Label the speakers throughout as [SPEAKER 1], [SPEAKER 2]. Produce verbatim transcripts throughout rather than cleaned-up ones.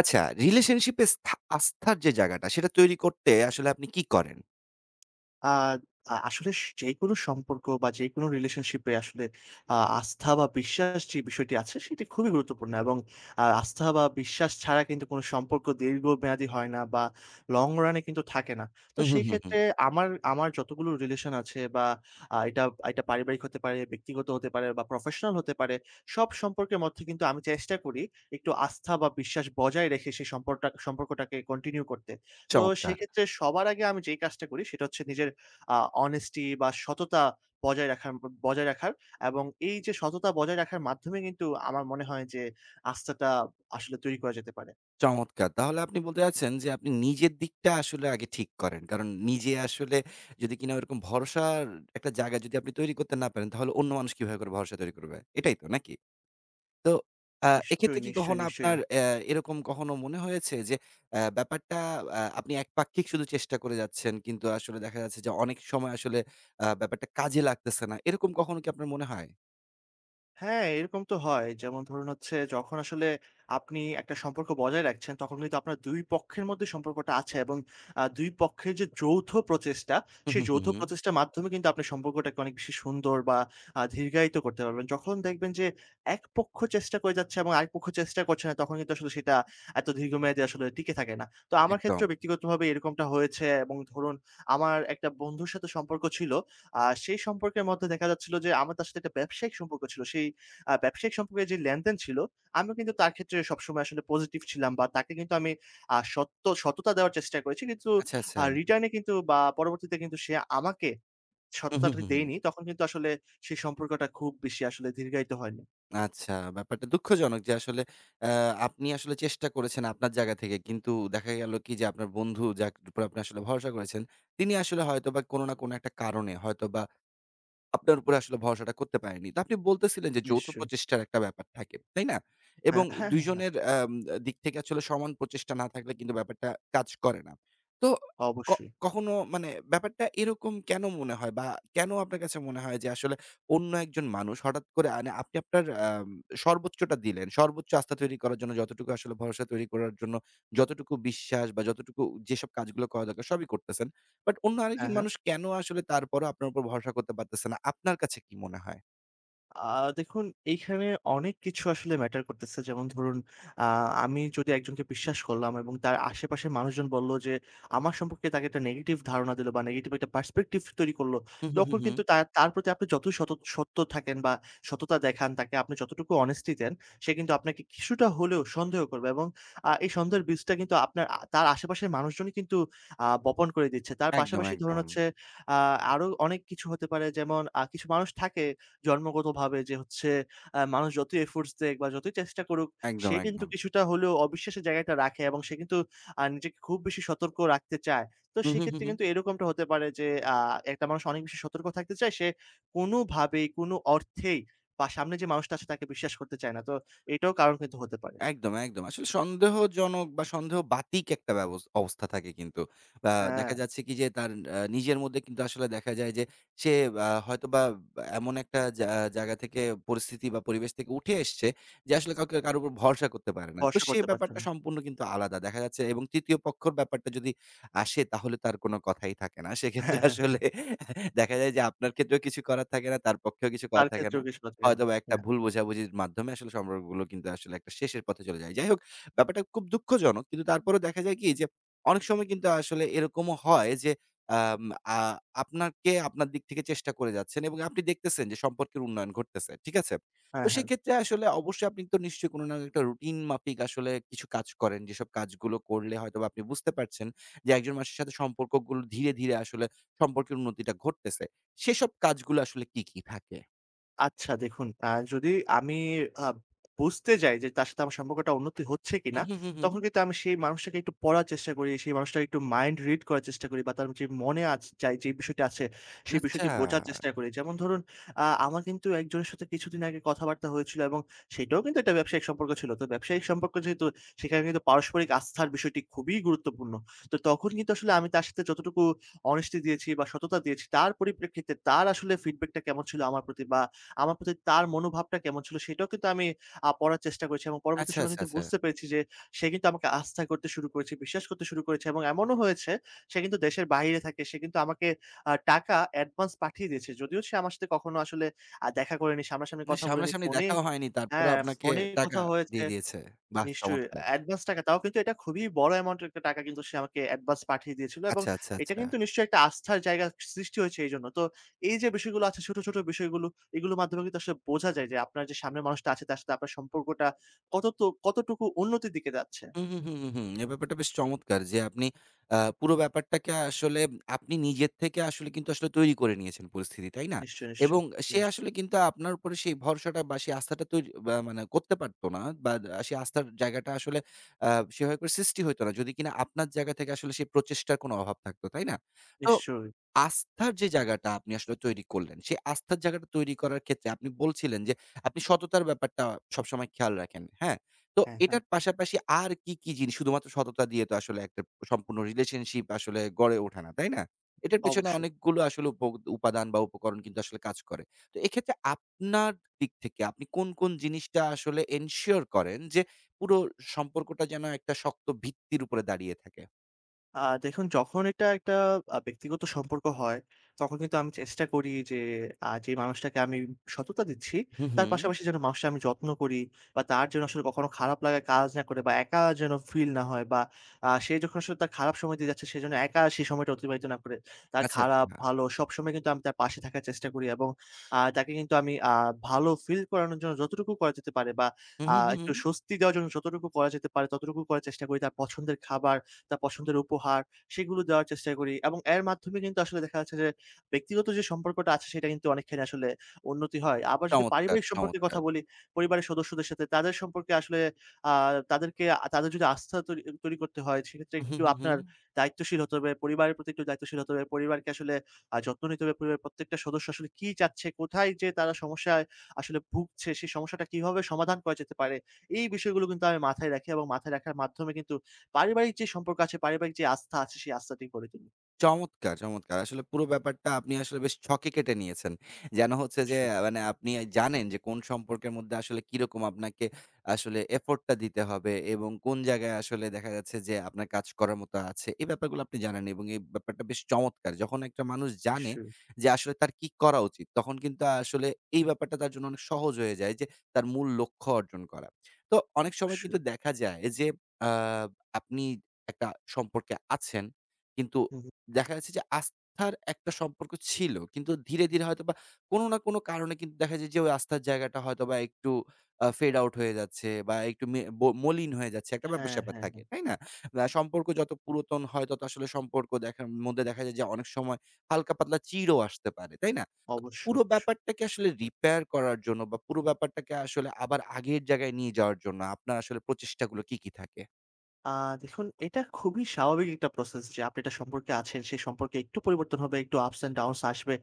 [SPEAKER 1] আচ্ছা, রিলেশনশিপে স্থা আস্থার যে জায়গাটা, সেটা তৈরি করতে আসলে আপনি কি করেন?
[SPEAKER 2] আ আ আসলে স যেকোনো সম্পর্ক বা যেকোনো রিলেশনশিপ এ আসলে আ আস্থা বা বিশ্বাস যে বিষয়টি আছে সেটি খুবই গুরুত্বপূর্ণ এবং আ আস্থা বা বিশ্বাস ছাড়া কিন্তু কোনো সম্পর্ক দীর্ঘমেয়াদী হয় না বা লং রান এ কিন্তু থাকে না। তো
[SPEAKER 1] হুম, হুম,
[SPEAKER 2] সেই
[SPEAKER 1] হুম, হুম।
[SPEAKER 2] ক্ষেত্রে আমার আমার যতগুলো রিলেশন আছে বা আ এটা এটা পারিবারিক হতে পারে, ব্যক্তিগত হতে পারে বা প্রফেশনাল হতে পারে। সব সম্পর্কের মধ্যে কিন্তু আমি চেষ্টা করি একটু আস্থা বা বিশ্বাস বজায় রেখে সেই সম্পর্কটা সম্পর্কটাকে কন্টিনিউ করতে। তো
[SPEAKER 1] চমৎকার,
[SPEAKER 2] সেক্ষেত্রে সবার আগে আমি যেই কাজটা করি সেটা হচ্ছে নিজের আ honesty বা সততা বজায় রাখার ব বজায় রাখার এবং এই যে সততা বজায় রাখার মাধ্যমে কিন্তু আমার মনে হয় যে আস্থাটা আসলে তৈরি করা যেতে পারে।
[SPEAKER 1] চমৎকার! তাহলে আপনি বলতে চাচ্ছেন যে আপনি নিজের দিকটা আসলে আগে ঠিক করেন। কারণ নিজে আসলে যদি কিনা ওরকম ভরসার একটা জায়গা যদি আপনি তৈরি করতে না পারেন, তাহলে অন্য মানুষ কিভাবে করে ভরসা তৈরি করবে? এটাই তো নাকি? তো আ
[SPEAKER 2] নিশ্চয়ই,
[SPEAKER 1] এক্ষেত্রে কি
[SPEAKER 2] নিশ্চয়ই,
[SPEAKER 1] কখনো
[SPEAKER 2] নিশ্চয়ই।
[SPEAKER 1] আপনার অ্যা এরকম কখনো মনে হয়েছে যে অ্যা ব্যাপারটা আ আপনি একপাক্ষিক শুধু চেষ্টা করে যাচ্ছেন কিন্তু আসলে দেখা যাচ্ছে যে অনেক সময় আসলে আ ব্যাপারটা কাজে লাগতেছে না। এরকম কখনো কি আপনার মনে হয়?
[SPEAKER 2] হ্যাঁ, এরকম তো হয়। যেমন ধরুন হচ্ছে যখন আসলে আপনি একটা সম্পর্ক বজায় রাখছেন, তখন কিন্তু আপনার দুই পক্ষের মধ্যে সম্পর্কটা আছে এবং আ দুই পক্ষের যে যৌথ প্রচেষ্টা,
[SPEAKER 1] হু,
[SPEAKER 2] সেই
[SPEAKER 1] হু, হু,
[SPEAKER 2] যৌথ
[SPEAKER 1] হু।
[SPEAKER 2] প্রচেষ্টার মাধ্যমে কিন্তু আপনি সম্পর্কটাকে অনেক বেশি সুন্দর বা আ দীর্ঘায়িত করতে পারবেন। যখন দেখবেন যে এক পক্ষ চেষ্টা করে যাচ্ছে এবং আরেক পক্ষ চেষ্টা করছে না, তখন কিন্তু আসলে সেটা এত দীর্ঘমেয়াদী আসলে টিকে থাকে না। তো আমার
[SPEAKER 1] একদম।
[SPEAKER 2] ক্ষেত্রেও ব্যক্তিগতভাবে এরকমটা হয়েছে এবং ধরুন আমার একটা বন্ধুর সাথে সম্পর্ক ছিল। আ সেই সম্পর্কের মধ্যে দেখা যাচ্ছিল যে, আমার তার সাথে একটা ব্যবসায়িক সম্পর্ক ছিল। সেই আ ব্যবসায়িক সম্পর্কে যে লেনদেন ছিল, আমিও কিন্তু তার ক্ষেত্রে সবসময় আসলে পজিটিভ ছিলাম বা তাকে কিন্তু আমি আ সত্য সততা দেওয়ার চেষ্টা করেছি। কিন্তু
[SPEAKER 1] আচ্ছা, আচ্ছা।
[SPEAKER 2] আ রিটার্ন এ কিন্তু বা পরবর্তীতে কিন্তু সে আমাকে
[SPEAKER 1] হু, হু,
[SPEAKER 2] সততাটা
[SPEAKER 1] হু, হু।
[SPEAKER 2] দেয়নি। তখন কিন্তু আসলে সেই সম্পর্কটা খুব বেশি আসলে দীর্ঘায়িত হয়নি।
[SPEAKER 1] আচ্ছা, ব্যাপারটা দুঃখজনক যে আসলে অ্যা আপনি আসলে চেষ্টা করেছেন আপনার জায়গা থেকে। কিন্তু দেখা গেল কি যে আপনার বন্ধু যার উপর আপনি আসলে ভরসা করেছেন, তিনি আসলে হয়তোবা কোনো না কোনো একটা কারণে হয়তোবা আপনার উপরে আসলে ভরসাটা করতে পারেনি। তো আপনি বলতেছিলেন যে যৌথ
[SPEAKER 2] নিশ্চয়ই।
[SPEAKER 1] প্রচেষ্টার একটা ব্যাপার থাকে, তাই না? এবং
[SPEAKER 2] হ্যাঁ, হ্যাঁ,
[SPEAKER 1] দুই
[SPEAKER 2] হ্যাঁ, হ্যাঁ।
[SPEAKER 1] জনের আম দিক থেকে আসলে সমান প্রচেষ্টা না থাকলে কিন্তু ব্যাপারটা কাজ করে না। তো ক
[SPEAKER 2] অবশ্যই।
[SPEAKER 1] কখনো মানে ব্যাপারটা এরকম কেন মনে হয় বা কেন আপনার কাছে মনে হয় যে আসলে অন্য একজন মানুষ হঠাৎ করে আনে আপনি আপনার আম সর্বোচ্চটা দিলেন। সর্বোচ্চ আস্থা তৈরি করার জন্য যতটুকু আসলে ভরসা তৈরি করার জন্য যতটুকু বিশ্বাস বা যতটুকু যেসব কাজগুলো করা দরকার সবই করতেছেন। বাট অন্য
[SPEAKER 2] হ্যাঁ,
[SPEAKER 1] আরেকজন
[SPEAKER 2] হ্যাঁ।
[SPEAKER 1] মানুষ কেন আসলে তারপরও আপনার উপর ভরসা করতে পারতেছে না? আপনার কাছে কি মনে হয়?
[SPEAKER 2] আ দেখুন এইখানে অনেক কিছু আসলে ম্যাটার করতেছে। যেমন ধরুন আ আমি যদি একজনকে বিশ্বাস করলাম এবং তার আশেপাশের মানুষজন বলল যে আমার সম্পর্কে তাকে একটা নেগেটিভ ধারণা দিল বা নেগেটিভ একটা পার্সপেক্টিভ তৈরি করল।
[SPEAKER 1] হু, হু, হু,
[SPEAKER 2] তখন
[SPEAKER 1] হু।
[SPEAKER 2] কিন্তু তার তার প্রতি আপনি যতই সত সত্য থাকেন বা সততা দেখান, তাকে আপনি যতটুকু অনেস্টি দেন, সে কিন্তু আপনাকে কিছুটা হলেও সন্দেহ করবে এবং আ এই সন্দেহের বীজটা কিন্তু আপনার আ তার আশেপাশের মানুষজনই কিন্তু আ বপন করে দিচ্ছে। তার
[SPEAKER 1] একদম,
[SPEAKER 2] পাশাপাশি ধরুন
[SPEAKER 1] একদম।
[SPEAKER 2] হচ্ছে আ আরো অনেক কিছু হতে পারে যেমন আ কিছু মানুষ থাকে জন্মগতভাবে যে হচ্ছে আ মানুষ যতই এফোর্টস দেক বা যতই চেষ্টা করুক, সে
[SPEAKER 1] একদম,
[SPEAKER 2] কিন্তু
[SPEAKER 1] একদম।
[SPEAKER 2] কিছুটা হলেও অবিশ্বাসের জায়গাটা রাখে এবং সে কিন্তু আ নিজেকে খুব বেশি সতর্ক রাখতে চায়। তো
[SPEAKER 1] হুম, হুম, হুম,
[SPEAKER 2] সেক্ষেত্রে
[SPEAKER 1] হুম।
[SPEAKER 2] কিন্তু এরকমটা হতে পারে যে আ একটা মানুষ অনেক বেশি সতর্ক থাকতে চায়, সে কোনোভাবেই কোনো অর্থেই বা সামনে যে মানুষটা আছে তাকে বিশ্বাস করতে চায় না। তো এটাও কারণ কিন্তু হতে পারে।
[SPEAKER 1] একদম, একদম। আসলে সন্দেহজনক বা সন্দেহ বাতিক একটা ব্যবস অবস্থা থাকে কিন্তু। আ
[SPEAKER 2] হ্যাঁ,
[SPEAKER 1] দেখা যাচ্ছে কি যে তার আ নিজের মধ্যে কিন্তু আসলে দেখা যায় যে সে আ হয়তোবা এমন একটা জা জায়গা থেকে পরিস্থিতি বা পরিবেশ থেকে উঠে এসছে যে আসলে কাউকে কারো উপর ভরসা করতে পারে না। তো
[SPEAKER 2] ভরসা
[SPEAKER 1] সে
[SPEAKER 2] করতে পারছে
[SPEAKER 1] ব্যাপারটা
[SPEAKER 2] না।
[SPEAKER 1] সম্পূর্ণ কিন্তু আলাদা। দেখা যাচ্ছে এবং তৃতীয় পক্ষর ব্যাপারটা যদি আসে তাহলে তার কোনো কথাই থাকে না। সেক্ষেত্রে
[SPEAKER 2] হ্যাঁ, হ্যাঁ,
[SPEAKER 1] আসলে
[SPEAKER 2] হ্যাঁ।
[SPEAKER 1] দেখা যায় যে আপনার ক্ষেত্রেও কিছু করার থাকে না, তার পক্ষেও কিছু
[SPEAKER 2] তার
[SPEAKER 1] করার থাকে না।
[SPEAKER 2] ক্ষেত্রেও কিছুটা থাকে না।
[SPEAKER 1] হয়তোবা একটা
[SPEAKER 2] হ্যাঁ,
[SPEAKER 1] ভুল বোঝাবুঝির মাধ্যমে আসলে সম্পর্কগুলো কিন্তু আসলে একটা শেষের পথে চলে যায়। যাই হোক, ব্যাপারটা খুব দুঃখজনক। কিন্তু তারপরেও দেখা যায় কি যে, অনেক সময় কিন্তু আসলে এরকমও হয় যে, আম আ আপনাকে আপনার দিক থেকে চেষ্টা করে যাচ্ছেন এবং আপনি দেখতেছেন যে সম্পর্কের উন্নয়ন ঘটতেছে। ঠিক আছে?
[SPEAKER 2] হ্যাঁ,
[SPEAKER 1] তো
[SPEAKER 2] হ্যাঁ।
[SPEAKER 1] সেক্ষেত্রে আসলে অবশ্যই আপনি তো নিশ্চয়ই কোনো না কোনো একটা রুটিন মাফিক আসলে কিছু কাজ করেন। যেসব কাজগুলো করলে হয়তোবা আপনি বুঝতে পারছেন যে একজন মানুষের সাথে সম্পর্কগুলো ধীরে, ধীরে আসলে সম্পর্কের উন্নতিটা ঘটতেছে। সেসব কাজগুলো আসলে কি, কি থাকে?
[SPEAKER 2] আচ্ছা দেখুন, আ যদি আমি আ বুঝতে যাই যে তার সাথে আমার সম্পর্কটা উন্নতি হচ্ছে
[SPEAKER 1] হু,
[SPEAKER 2] কিনা,
[SPEAKER 1] হু, হু, হু।
[SPEAKER 2] তখন কিন্তু আমি সেই মানুষটাকে একটু পড়ার চেষ্টা করি। সেই মানুষটাকে একটু মাইন্ড রিড করার চেষ্টা করি বা তার যে মনে আছ যায় যে বিষয়টি আছে, সেই
[SPEAKER 1] আচ্ছা।
[SPEAKER 2] বিষয়টি বোঝার চেষ্টা করি। যেমন ধরুন আ আমার কিন্তু একজনের সাথে কিছুদিন আগে কথাবার্তা হয়েছিল এবং সেটাও কিন্তু একটা ব্যবসায়িক সম্পর্ক ছিল। তো ব্যবসায়িক সম্পর্ক যেহেতু সেখানে কিন্তু পারস্পরিক আস্থার বিষয়টি খুবই গুরুত্বপূর্ণ। তো তখন কিন্তু আসলে আমি তার সাথে যতটুকু অনেস্টি দিয়েছি বা সততা দিয়েছি, তার পরিপ্রেক্ষিতে তার আসলে ফিডব্যাকটা কেমন ছিল আমার প্রতি বা আমার প্রতি তার মনোভাবটা কেমন ছিল সেটাও কিন্তু আমি আ পড়ার চেষ্টা করেছি এবং পরবর্তী
[SPEAKER 1] আচ্ছা,
[SPEAKER 2] সময়ে
[SPEAKER 1] আচ্ছা,
[SPEAKER 2] কিন্তু
[SPEAKER 1] আচ্ছা।
[SPEAKER 2] বুঝতে পেরেছি যে সে কিন্তু আমাকে আস্থা করতে শুরু করেছে, বিশ্বাস করতে শুরু করেছে এবং এমনও হয়েছে সে কিন্তু দেশের বাহিরে থাকে। সে কিন্তু আমাকে আ টাকা অ্যাডভান্স পাঠিয়ে দিয়েছে। যদিও সে আমার সাথে কখনো আসলে আ দেখা করেনি, সামনাসামনি
[SPEAKER 1] মানে
[SPEAKER 2] কথা বলেনি।
[SPEAKER 1] সামনাসামনি
[SPEAKER 2] ফোনে
[SPEAKER 1] দেখাও হয়নি। তারপরও
[SPEAKER 2] হ্যাঁ,
[SPEAKER 1] আপনাকে
[SPEAKER 2] ফোনে
[SPEAKER 1] টাকা
[SPEAKER 2] কথা হয়েছে।
[SPEAKER 1] দিয়ে দিয়েছে। বাহ!
[SPEAKER 2] নিশ্চয়ই।
[SPEAKER 1] চমৎকার।
[SPEAKER 2] অ্যাডভান্স টাকা তাও কিন্তু এটা খুবই বড় অ্যামাউন্টের একটা টাকা কিন্তু সে আমাকে অ্যাডভান্স পাঠিয়ে দিয়েছিল এবং
[SPEAKER 1] আচ্ছা, আচ্ছা,
[SPEAKER 2] এটা
[SPEAKER 1] আচ্ছা।
[SPEAKER 2] কিন্তু নিশ্চয়ই একটা আস্থার জায়গা সৃষ্টি হয়েছে এইজন্য। তো এই যে বিষয়গুলো আছে ছোট, ছোট বিষয়গুলো এগুলোর মাধ্যমে কিন্তু আসলে বোঝা যায় যে আপনার যে সামনের মানুষটা আছে তার সাথে আপনার সম্পর্কটা কত তো কতটুকু উন্নতির দিকে যাচ্ছে।
[SPEAKER 1] হুম, হুম, হুম, হুম, হুম। এ ব্যাপারটা বেশ চমৎকার যে আপনি আ পুরো ব্যাপারটাকে আসলে আপনি নিজের থেকে আসলে কিন্তু আসলে তৈরি করে নিয়েছেন পরিস্থিতি, তাই না?
[SPEAKER 2] নিশ্চয়ই,
[SPEAKER 1] এবং
[SPEAKER 2] নিশ্চয়ই,
[SPEAKER 1] সে
[SPEAKER 2] নিশ্চয়ই,
[SPEAKER 1] আসলে কিন্তু আপনার উপরে সেই ভরসাটা বা সেই আস্থাটা তৈরি বা মানে করতে পারত না বা আ সেই আস্থার জায়গাটা আসলে আ সেভাবে করে সৃষ্টি হইতো না যদি কিনা আপনার জায়গা থেকে আসলে সেই প্রচেষ্টার কোনো অভাব থাকতো, তাই না? তো
[SPEAKER 2] নিশ্চয়ই।
[SPEAKER 1] আস্থার যে জায়গাটা আপনি আসলে তৈরি করলেন, সেই আস্থার জায়গাটা তৈরি করার ক্ষেত্রে আপনি বলছিলেন যে আপনি সততার ব্যাপারটা সবসময় খেয়াল রাখেন, হ্যাঁ? তো
[SPEAKER 2] হ্যাঁ, হ্যাঁ,
[SPEAKER 1] এটার পাশাপাশি আর কি, কি জিনিস শুধুমাত্র সততা দিয়ে তো আসলে একটা সম্পূর্ণ রিলেশনশিপ আসলে গড়ে ওঠে না, তাই না? এটার পেছনে
[SPEAKER 2] অবশ্যই।
[SPEAKER 1] অনেকগুলো আসলে উপ উপাদান বা উপকরণ কিন্তু আসলে কাজ করে। তো এক্ষেত্রে আপনার দিক থেকে আপনি কোন, কোন জিনিসটা আসলে এনশিওর করেন যে পুরো সম্পর্কটা যেন একটা শক্ত ভিত্তির উপরে দাঁড়িয়ে থাকে?
[SPEAKER 2] আ দেখুন যখন এটা একটা আ ব্যক্তিগত সম্পর্ক হয়, তখন কিন্তু আমি চেষ্টা করি যে আ যে মানুষটাকে আমি সততা দিচ্ছি,
[SPEAKER 1] হুম,
[SPEAKER 2] তার
[SPEAKER 1] হুম।
[SPEAKER 2] পাশাপাশি যেন মানুষটা আমি যত্ন করি বা তার যেন আসলে কখনো খারাপ লাগা কাজ না করে বা একা যেন ফিল না হয় বা আ সে যখন আসলে তার খারাপ সময় দিয়ে যাচ্ছে, সে যেন একা সেই সময়টা অতিবাহিত না করে, তার
[SPEAKER 1] আচ্ছা,
[SPEAKER 2] খারাপ,
[SPEAKER 1] আচ্ছা।
[SPEAKER 2] ভালো সবসময় কিন্তু আমি তার পাশে থাকার চেষ্টা করি এবং আ তাকে কিন্তু আমি আ ভালো ফিল করানোর জন্য যতটুকু করা যেতে পারে বা
[SPEAKER 1] হুম,
[SPEAKER 2] আ
[SPEAKER 1] হুম, হুম।
[SPEAKER 2] একটু
[SPEAKER 1] হুম।
[SPEAKER 2] স্বস্তি দেওয়ার জন্য যতটুকু করা যেতে পারে, ততটুকু করার চেষ্টা করি। তার পছন্দের খাবার তার পছন্দের উপহার সেগুলো দেওয়ার চেষ্টা করি এবং এর মাধ্যমে কিন্তু আসলে দেখা যাচ্ছে যে ব্যক্তিগত যে সম্পর্কটা আছে সেটা কিন্তু অনেকখানি আসলে উন্নতি হয়। আবার যদি
[SPEAKER 1] চমৎকার,
[SPEAKER 2] পারিবারিক সম্পর্কের কথা
[SPEAKER 1] চমৎকার।
[SPEAKER 2] বলি, পরিবারের সদস্যদের সাথে তাদের সম্পর্কে আসলে আ তাদেরকে তাদের যদি আস্থা তৈরি তৈরি করতে হয় সেক্ষেত্রে
[SPEAKER 1] হুম, হুম,
[SPEAKER 2] একটু
[SPEAKER 1] হুম, হুম।
[SPEAKER 2] আপনার দায়িত্বশীল হতে হবে। পরিবারের প্রতি একটু দায়িত্বশীল হতে হবে। পরিবারকে আসলে আ যত্ন নিতে হবে। পরিবারের প্রত্যেকটা সদস্য আসলে কি চাচ্ছে, কোথায় যে তারা সমস্যায় আসলে ভুগছে, সেই সমস্যাটা কিভাবে সমাধান করা যেতে পারে। এই বিষয়গুলো কিন্তু আমি মাথায় রাখি এবং মাথায় রাখার মাধ্যমে কিন্তু পারিবারিক যে সম্পর্ক আছে, পারিবারিক যে আস্থা আছে, সেই আস্থাটি গড়ে তুলি।
[SPEAKER 1] চমৎকার, চমৎকার! আসলে পুরো ব্যাপারটা আপনি আসলে বেশ ছকে কেটে নিয়েছেন। যেন হচ্ছে যে
[SPEAKER 2] নিশ্চয়ই,
[SPEAKER 1] আ মানে আপনি জানেন যে কোন সম্পর্কের মধ্যে আসলে কিরকম আপনাকে আসলে এফোর্ট টা দিতে হবে এবং কোন জায়গায় আসলে দেখা যাচ্ছে যে আপনার কাজ করার মতো আছে। এই ব্যাপারগুলো আপনি জানেন এবং এই ব্যাপারটা বেশ চমৎকার। যখন একটা মানুষ জানে
[SPEAKER 2] নিশ্চয়ই,
[SPEAKER 1] যে আসলে তার কি করা উচিত, তখন কিন্তু আসলে এই ব্যাপারটা তার জন্য অনেক সহজ হয়ে যায় যে তার মূল লক্ষ্য অর্জন করা। তো অনেক সময়
[SPEAKER 2] অবশ্যই।
[SPEAKER 1] কিন্তু দেখা যায় যে আ আপনি একটা সম্পর্কে আছেন, কিন্তু
[SPEAKER 2] হুম, হুম।
[SPEAKER 1] দেখা যাচ্ছে যে আস্থার একটা সম্পর্ক ছিল। কিন্তু ধীরে, ধীরে হয়তোবা কোনো না কোনো কারণে কিন্তু দেখা যায় যে ওই আস্থার জায়গাটা হয়তোবা একটু আ ফেড আউট হয়ে যাচ্ছে বা একটু মে ব মলিন হয়ে যাচ্ছে। একটা
[SPEAKER 2] হ্যাঁ,
[SPEAKER 1] ব্যাপার-স্যাপার
[SPEAKER 2] হ্যাঁ,
[SPEAKER 1] থাকে।
[SPEAKER 2] হ্যাঁ।
[SPEAKER 1] তাই না? আ সম্পর্ক যত পুরাতন হয় তত আসলে সম্পর্ক দেখার মধ্যে দেখা যায় যে অনেক সময় হালকা পাতলা চিড়ও আসতে পারে। তাই না? তো
[SPEAKER 2] অবশ্যই,
[SPEAKER 1] পুরো
[SPEAKER 2] অবশ্যই।
[SPEAKER 1] ব্যাপারটাকে আসলে রিপেয়ার করার জন্য বা পুরো ব্যাপারটাকে আসলে আবার আগের জায়গায় নিয়ে যাওয়ার জন্য আপনার আসলে প্রচেষ্টাগুলো কি, কি থাকে?
[SPEAKER 2] আ দেখুন এটা খুবই স্বাভাবিক একটা প্রসেস যে আপনি এটা সম্পর্কে আছেন, সেই সম্পর্কে একটু পরিবর্তন হবে, একটু ups and downs আসবে।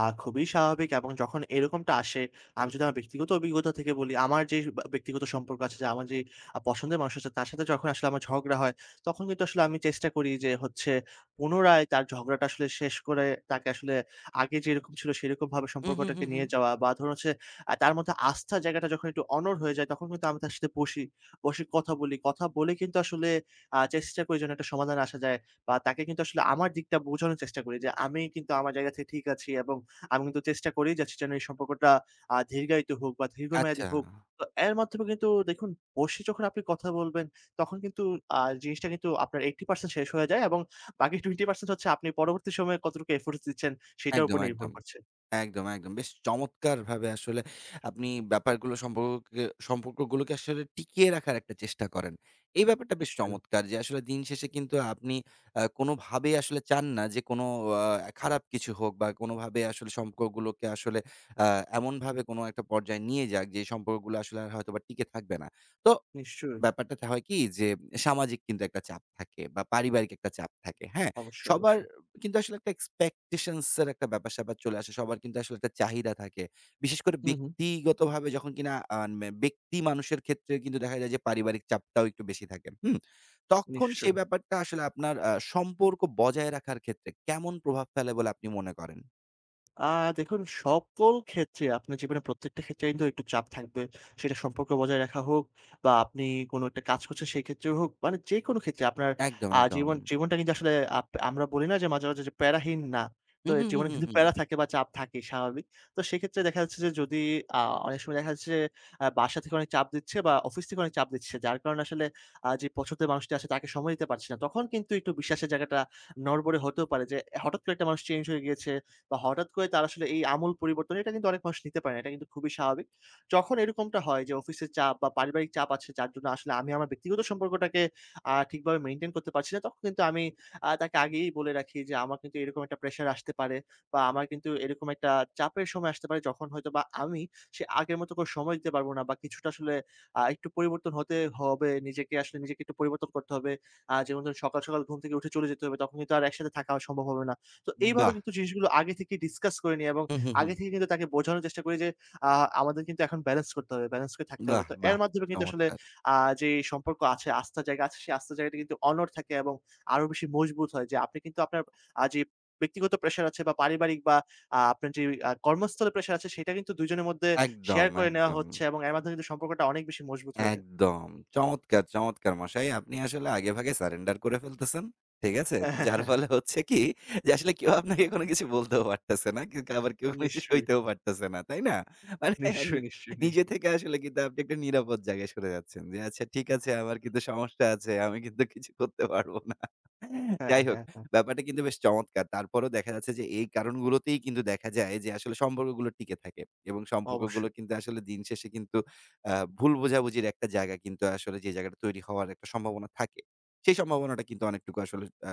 [SPEAKER 2] আ খুবই স্বাভাবিক এবং যখন এরকমটা আসে, আমি যদি আমার ব্যক্তিগত অভিজ্ঞতা থেকে বলি, আমার যে বা ব্যক্তিগত সম্পর্ক আছে যে আমার যে আ পছন্দের মানুষ আছে তার সাথে যখন আসলে আমার ঝগড়া হয়, তখন কিন্তু আসলে আমি চেষ্টা করি যে হচ্ছে পুনরায় তার ঝগড়াটা আসলে শেষ করে তাকে আসলে আগে যেরকম ছিল সেরকমভাবে
[SPEAKER 1] হু, হু, হু,
[SPEAKER 2] সম্পর্কটাকে
[SPEAKER 1] হু।
[SPEAKER 2] নিয়ে যাওয়া বা ধরুন হচ্ছে আ তার মধ্যে আস্থার জায়গাটা যখন একটু অনড় হয়ে যায় তখন কিন্তু আমি তার সাথে বসি। বসে কথা বলি। কথা বলে কিন্তু আসলে আ চেষ্টা করি যেন একটা সমাধানে আসা যায় বা তাকে কিন্তু আসলে আমার দিকটা বোঝানোর চেষ্টা করি যে, আমি কিন্তু আমার জায়গা থেকে ঠিক আছি এবং আমি কিন্তু চেষ্টা করেই যাচ্ছি যেন এই সম্পর্কটা আ দীর্ঘায়িত হোক বা দীর্ঘমেয়াদী
[SPEAKER 1] আচ্ছা।
[SPEAKER 2] হোক। তো এর মাধ্যমে কিন্তু দেখুন বসে যখন আপনি কথা বলবেন, তখন কিন্তু আ জিনিসটা কিন্তু আপনার আশি শতাংশ শেষ হয়ে যায় এবং বাকি বিশ শতাংশ হচ্ছে আপনি পরবর্তী সময়ে কতটুকু এফোর্টস দিচ্ছেন সেটার উপর
[SPEAKER 1] একদম,
[SPEAKER 2] নির্ভর
[SPEAKER 1] একদম।
[SPEAKER 2] করছে।
[SPEAKER 1] একদম, একদম। বেশ চমৎকারভাবে আসলে আপনি ব্যাপারগুলো সম্পর্কে সম্পর্কগুলোকে আসলে টিকিয়ে রাখার একটা চেষ্টা করেন। এই ব্যাপারটা বেশ
[SPEAKER 2] নিশ্চয়ই,
[SPEAKER 1] চমৎকার যে আসলে দিন শেষে কিন্তু আপনি আ কোনোভাবেই আসলে চান না যে কোনো আ খারাপ কিছু হোক বা কোনোভাবে আসলে সম্পর্কগুলোকে আসলে আ এমনভাবে কোনো একটা পর্যায়ে নিয়ে যাক যে সম্পর্কগুলো আসলে আর হয়তোবা টিকে থাকবে না। তো
[SPEAKER 2] নিশ্চয়ই।
[SPEAKER 1] ব্যাপারটাতে হয় কি যে সামাজিক কিন্তু একটা চাপ থাকে বা পারিবারিক একটা চাপ থাকে। হ্যাঁ?
[SPEAKER 2] অবশ্যই,
[SPEAKER 1] সবার
[SPEAKER 2] অবশ্যই।
[SPEAKER 1] কিন্তু আসলে একটা expectations এর একটা ব্যাপার-স্যাপার চলে আসে। সবার কিন্তু আসলে একটা চাহিদা থাকে। বিশেষ করে
[SPEAKER 2] হু, হু।
[SPEAKER 1] ব্যক্তিগতভাবে যখন কিনা আ মে ব্যক্তি মানুষের ক্ষেত্রে কিন্তু দেখা যায় যে পারিবারিক চাপটাও একটু বেশি থাকে। হুম? তখন সেই
[SPEAKER 2] নিশ্চয়ই।
[SPEAKER 1] ব্যাপারটা আসলে আপনার আ সম্পর্ক বজায় রাখার ক্ষেত্রে কেমন প্রভাব ফেলে বলে আপনি মনে করেন?
[SPEAKER 2] আ দেখুন সকল ক্ষেত্রে আপনার জীবনের প্রত্যেকটা ক্ষেত্রে কিন্তু একটু চাপ থাকবে। সেটা সম্পর্ক বজায় রাখা হোক বা আপনি কোন একটা কাজ করছেন সেই ক্ষেত্রে হোক, মানে যেকোনো ক্ষেত্রে আপনার
[SPEAKER 1] একদম,
[SPEAKER 2] আ
[SPEAKER 1] একদম।
[SPEAKER 2] জীবন জীবনটা কিন্তু আসলে আপ আমরা বলি না যে মাঝে, মাঝে যে প্যারাহীন না।
[SPEAKER 1] হু,
[SPEAKER 2] তো এর
[SPEAKER 1] হু, হু,
[SPEAKER 2] জীবনে
[SPEAKER 1] হু,
[SPEAKER 2] কিন্তু প্যারা
[SPEAKER 1] হু।
[SPEAKER 2] থাকে বা চাপ থাকে স্বাভাবিক। তো সেক্ষেত্রে দেখা যাচ্ছে যে যদি আ অনেক সময় দেখা যাচ্ছে যে আ বাসা থেকে অনেক চাপ দিচ্ছে বা অফিস থেকে অনেক চাপ দিচ্ছে। যার কারণে আসলে আ যে পছন্দের মানুষটি আছে তাকে সময় দিতে পারছি না। তখন কিন্তু একটু বিশ্বাসের জায়গাটা নড়বড়ে হতেও পারে যে হঠাৎ করে একটা মানুষ চেঞ্জ হয়ে গিয়েছে বা হঠাৎ করে তারা আসলে এই আমূল পরিবর্তন এটা কিন্তু অনেক মানুষ নিতে পারে না। এটা কিন্তু খুবই স্বাভাবিক। যখন এরকমটা হয় যে অফিসের চাপ বা পারিবারিক চাপ আছে যার জন্য আসলে আমি আমার ব্যক্তিগত সম্পর্কটাকে আ ঠিকভাবে মেইনটেইন করতে পারছি না, তখন কিন্তু আমি আ তাকে আগেই বলে রাখি যে আমার কিন্তু এরকম একটা প্রেশার আসতে পারে বা আমার কিন্তু এরকম একটা চাপের সময় আসতে পারে যখন হয়তোবা আমি সে আগের মতো করে সময় দিতে পারব না বা কিছুটা আসলে আ একটু পরিবর্তন হতে হবে। নিজেকে আসলে নিজেকে একটু পরিবর্তন করতে হবে। আ যেমন ধরুন সকাল, সকাল ঘুম থেকে উঠে চলে যেতে হবে। তখন কিন্তু আর একসাথে থাকা সম্ভব হবে না। তো এইভাবে
[SPEAKER 1] বাহ!
[SPEAKER 2] কিন্তু জিনিসগুলো আগে থেকে ডিসকাস করে নিই এবং
[SPEAKER 1] হু, হু, হু।
[SPEAKER 2] আগে থেকে কিন্তু তাকে বোঝানোর চেষ্টা করি যে, আ আমাদের কিন্তু এখন ব্যালেন্স করতে হবে, ব্যালেন্স করে থাকতে হবে।
[SPEAKER 1] বাহ!
[SPEAKER 2] তো এর
[SPEAKER 1] বাহ!
[SPEAKER 2] মাধ্যমে কিন্তু আসলে
[SPEAKER 1] চমৎকার।
[SPEAKER 2] আ যে সম্পর্ক আছে, আস্থার জায়গা আছে, সেই আস্থার জায়গাটা কিন্তু অনড় থাকে এবং আরো বেশি মজবুত হয় যে আপনি কিন্তু আপনার আ যে ব্যক্তিগত প্রেশার আছে বা পারিবারিক বা আ আপনার যে আ কর্মস্থলে প্রেশার আছে সেটা কিন্তু দুইজনের মধ্যে শেয়ার
[SPEAKER 1] একদম,
[SPEAKER 2] করে নেওয়া
[SPEAKER 1] একদম।
[SPEAKER 2] হচ্ছে এবং এর মাধ্যমে কিন্তু সম্পর্কটা অনেক বেশি মজবুত হয়ে যায়।
[SPEAKER 1] একদম। চমৎকার, চমৎকার মশাই। আপনি আসলে আগেভাগে সারেন্ডার করে ফেলতেছেন। ঠিক আছে?
[SPEAKER 2] হ্যাঁ,
[SPEAKER 1] তো
[SPEAKER 2] হ্যাঁ,
[SPEAKER 1] যার
[SPEAKER 2] হ্যাঁ,
[SPEAKER 1] ফলে হচ্ছে কি যে আসলে কেউ আপনাকে কোনো কিছু বলতেও পারতেছে না। কিন্তু আবার কেউ কোনো কিছু
[SPEAKER 2] নিশ্চয়ই,
[SPEAKER 1] সইতেও পারতেছে না। তাই না? মানে
[SPEAKER 2] নিশ্চয়ই, নিশ্চয়ই,
[SPEAKER 1] নিজে
[SPEAKER 2] নিশ্চয়ই।
[SPEAKER 1] থেকে আসলে কিন্তু আপনি একটা নিরাপদ জায়গায় সরে যাচ্ছেন। যে আচ্ছা ঠিক আছে, আমার কিন্তু সমস্যা আছে। আমি কিন্তু কিছু করতে পারবো না।
[SPEAKER 2] হ্যাঁ,
[SPEAKER 1] যাই হোক,
[SPEAKER 2] হ্যাঁ, হ্যাঁ।
[SPEAKER 1] ব্যাপারটা কিন্তু বেশ চমৎকার। তারপরেও দেখা যাচ্ছে যে এই কারণগুলোতেই কিন্তু দেখা যায় যে আসলে সম্পর্কগুলো টিকে থাকে। এবং সম্পর্কগুলো
[SPEAKER 2] অবশ্যই।
[SPEAKER 1] কিন্তু আসলে দিন শেষে কিন্তু আ ভুল বোঝাবুঝির একটা জায়গা কিন্তু আসলে যে জায়গাটা তৈরি হওয়ার একটা সম্ভাবনা থাকে। সেই সম্ভাবনাটা কিন্তু অনেকটুকু আসলে আ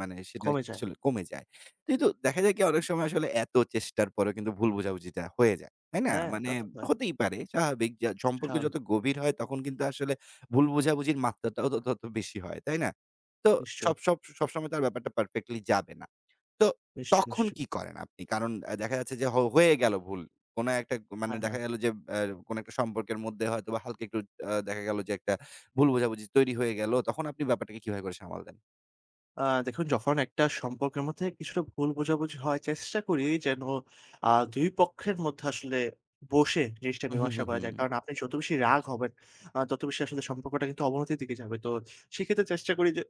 [SPEAKER 1] মানে সেটা
[SPEAKER 2] কমে যায়।
[SPEAKER 1] আসলে কমে যায়। কিন্তু দেখা যায় কি অনেক সময় আসলে এত চেষ্টার পরেও কিন্তু ভুল বোঝাবুঝিটা হয়ে যায়। তাই না?
[SPEAKER 2] হ্যাঁ,
[SPEAKER 1] মানে
[SPEAKER 2] তা তো হয়।
[SPEAKER 1] হতেই পারে স্বাভাবিক যা সম্পর্ক
[SPEAKER 2] স্বাভাবিক।
[SPEAKER 1] যত গভীর হয় তখন কিন্তু আসলে ভুল বোঝাবুঝির মাত্রাটাও তত, তত বেশি হয়। তাই না? তো
[SPEAKER 2] নিশ্চয়ই,
[SPEAKER 1] সব সব সবসময় তো আর ব্যাপারটা পারফেক্টলি যাবে না। তো
[SPEAKER 2] নিশ্চয়ই,
[SPEAKER 1] তখন
[SPEAKER 2] নিশ্চয়ই।
[SPEAKER 1] কি করেন আপনি? কারণ আ দেখা যাচ্ছে যে হ হয়ে গেল ভুল। কোন একটা মানে
[SPEAKER 2] হ্যাঁ, হ্যাঁ।
[SPEAKER 1] দেখা গেল যে আ কোন একটা সম্পর্কের মধ্যে হয়তোবা হালকা একটু আ দেখা গেল যে একটা ভুল বোঝাবুঝি তৈরি হয়ে গেল। তখন আপনি ব্যাপারটাকে কিভাবে করে সামাল দেন?
[SPEAKER 2] আ দেখুন যখন একটা সম্পর্কের মধ্যে কিছুটা ভুল বোঝাবুঝি হয়, চেষ্টা করি যেন আ দুই পক্ষের মধ্যে আসলে বসে জিনিসটা
[SPEAKER 1] উহু,
[SPEAKER 2] মীমাংসা
[SPEAKER 1] হু,
[SPEAKER 2] করা
[SPEAKER 1] হু।
[SPEAKER 2] যায়। কারণ আপনি যত বেশি রাগ হবেন, আ তত বেশি আসলে সম্পর্কটা কিন্তু অবনতির দিকে যাবে। তো সেক্ষেত্রে চেষ্টা করি যে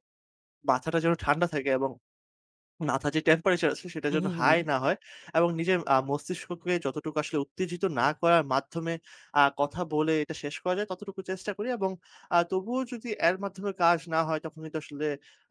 [SPEAKER 2] মাথাটা যেন ঠান্ডা থাকে এবং মাথার যে টেম্পারেচার আছে সেটা যেন
[SPEAKER 1] উহু, হু, হু।
[SPEAKER 2] হাই না হয় এবং নিজের আ মস্তিষ্ককে যতটুকু আসলে উত্তেজিত না করার মাধ্যমে আ কথা বলে এটা শেষ করা যায় ততটুকু চেষ্টা করি এবং আ তবুও যদি এর মাধ্যমে কাজ না হয় তখন কিন্তু আসলে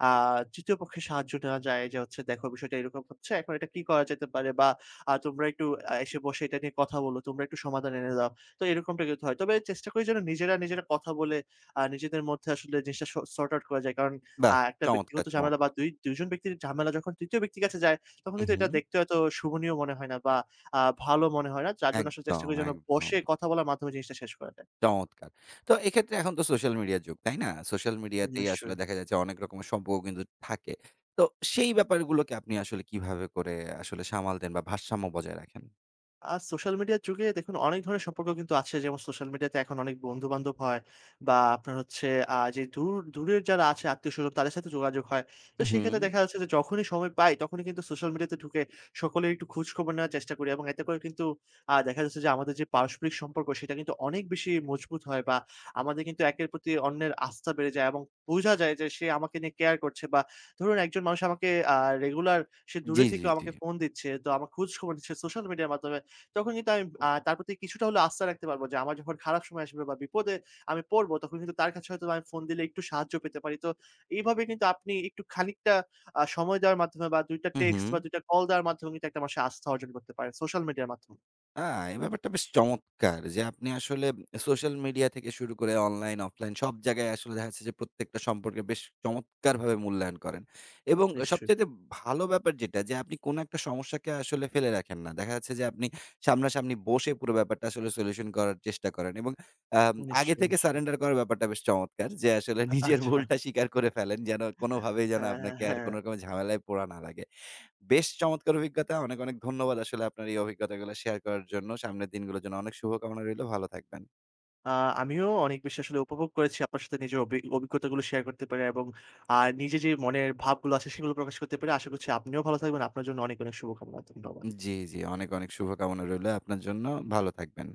[SPEAKER 2] আ ৩য় পক্ষের সাহায্য নেওয়া যায় যে হচ্ছে দেখো বিষয়টা এরকম হচ্ছে এখন এটা কি করা যেতে পারে বা আ তোমরা একটু আ এসে বসে এটা নিয়ে কথা বলো, তোমরা একটু সমাধান এনে দাও। তো এরকমটা কিন্তু হয়। তবে চেষ্টা করি যেন নিজেরা নিজেরা কথা বলে আ নিজেদের মধ্যে আসলে জিনিসটা স সর্ট আউট করা যায়। কারণ আ
[SPEAKER 1] বাহ!
[SPEAKER 2] একটা ব্যক্তিগত
[SPEAKER 1] চমৎকার,
[SPEAKER 2] ঝামেলা বা
[SPEAKER 1] চমৎকার।
[SPEAKER 2] দুই ২ জন ব্যক্তির ঝামেলা যখন তৃতীয় ব্যক্তির কাছে যায়, তখন
[SPEAKER 1] হু,
[SPEAKER 2] কিন্তু
[SPEAKER 1] হু।
[SPEAKER 2] এটা দেখতে হয়তো শোভনীয় মনে হয় না বা আ ভালো মনে হয় না। যার জন্য আসলে চেষ্টা
[SPEAKER 1] একদম,
[SPEAKER 2] করি যেন
[SPEAKER 1] একদম।
[SPEAKER 2] বসে কথা বলার মাধ্যমে জিনিসটা শেষ করা যায়।
[SPEAKER 1] চমৎকার। তো এক্ষেত্রে এখন তো সোশ্যাল মিডিয়ার যুগ, তাই না? সোশ্যাল মিডিয়াতেই আসলে
[SPEAKER 2] নিশ্চয়ই।
[SPEAKER 1] দেখা যাচ্ছে অনেক রকমের সম্পর্ক কিন্তু থাকে। তো সেই ব্যাপারগুলোকে আপনি আসলে কিভাবে করে আসলে সামাল দেন বা ভারসাম্য বজায় রাখেন?
[SPEAKER 2] আর সোশ্যাল মিডিয়ার যুগে দেখুন অনেক ধরনের সম্পর্ক কিন্তু আছে। যেমন সোশ্যাল মিডিয়াতে এখন অনেক বন্ধু-বান্ধব হয় বা আপনার হচ্ছে আ যে দূর দূরের যারা আছে আত্মীয়স্বজন তাদের সাথে যোগাযোগ হয়। তো
[SPEAKER 1] উহু।
[SPEAKER 2] সেক্ষেত্রে দেখা যাচ্ছে যে যখনই সময় পাই তখনই কিন্তু সোশ্যাল মিডিয়াতে ঢুকে সকলের একটু খোঁজখবর নেওয়ার চেষ্টা করি এবং এতে করে কিন্তু আ দেখা যাচ্ছে যে আমাদের যে পারস্পরিক সম্পর্ক সেটা কিন্তু অনেক বেশি মজবুত হয় বা আমাদের কিন্তু একের প্রতি অন্যের আস্থা বেড়ে যায় এবং বোঝা যায় যে সে আমাকে নিয়ে কেয়ার করছে বা ধরুন একজন মানুষ আমাকে আ রেগুলার সে দূরে
[SPEAKER 1] জি, জি,
[SPEAKER 2] থেকেও
[SPEAKER 1] জি।
[SPEAKER 2] আমাকে ফোন দিচ্ছে। তো আমার খোঁজখবর নিচ্ছে সোশ্যাল মিডিয়ার মাধ্যমে। তখন কিন্তু আমি আ তার প্রতি কিছুটা হলেও আস্থা রাখতে পারব যে আমার যখন খারাপ সময় আসবে বা বিপদে আমি পড়ব তখন কিন্তু তার কাছে হয়তোবা আমি ফোন দিলে একটু সাহায্য পেতে পারি। তো এইভাবে কিন্তু আপনি একটু খানিকটা আ সময় দেওয়ার মাধ্যমে বা দুই টা
[SPEAKER 1] হুম, হুম।
[SPEAKER 2] টেক্সট বা দুই টা কল দেওয়ার মাধ্যমে কিন্তু একটা মানুষের আস্থা অর্জন করতে পারে সোশ্যাল মিডিয়ার মাধ্যমে।
[SPEAKER 1] আ এই ব্যাপারটা বেশ চমৎকার যে আপনি আসলে সোশ্যাল মিডিয়া থেকে শুরু করে অনলাইন, অফলাইন সব জায়গায় আসলে দেখা যাচ্ছে যে প্রত্যেকটা সম্পর্কে বেশ চমৎকারভাবে মূল্যায়ন করেন। এবং
[SPEAKER 2] নিশ্চয়ই,
[SPEAKER 1] সবচাইতে ভালো ব্যাপার যেটা, যে আপনি কোনো একটা সমস্যাকে আসলে ফেলে রাখেন না। দেখা যাচ্ছে যে আপনি সামনাসামনি বসে পুরো ব্যাপারটা আসলে সলিউশন করার চেষ্টা করেন এবং আম আগে
[SPEAKER 2] নিশ্চয়ই,
[SPEAKER 1] থেকে
[SPEAKER 2] নিশ্চয়ই।
[SPEAKER 1] সারেন্ডার করার ব্যাপারটা বেশ চমৎকার। যে আসলে নিজের
[SPEAKER 2] আচ্ছা।
[SPEAKER 1] ভুলটা স্বীকার করে ফেলেন যেন কোনোভাবেই যেন
[SPEAKER 2] হ্যাঁ,
[SPEAKER 1] আপনাকে
[SPEAKER 2] হ্যাঁ,
[SPEAKER 1] আর
[SPEAKER 2] হ্যাঁ।
[SPEAKER 1] কোনো রকমের ঝামেলায় পড়া না লাগে। বেশ চমৎকার অভিজ্ঞতা। অনেক, অনেক ধন্যবাদ আসলে আপনার এই অভিজ্ঞতাগুলো শেয়ার করার জন্য। সামনের দিনগুলোর জন্য অনেক শুভকামনা রইলো। ভালো থাকবেন।
[SPEAKER 2] আ আমিও অনেক বেশি আসলে উপভোগ করেছি আপনার সাথে নিজের অভি অভিজ্ঞতাগুলো শেয়ার করতে পেরে এবং আ নিজে যে মনের ভাবগুলো আছে সেগুলো প্রকাশ করতে পেরে আশা করছি আপনিও ভালো থাকবেন। আপনার জন্য অনেক, অনেক শুভকামনা। ধন্যবাদ।
[SPEAKER 1] জি, জি। অনেক, অনেক শুভকামনা রইলো আপনার জন্য। ভালো থাকবেন।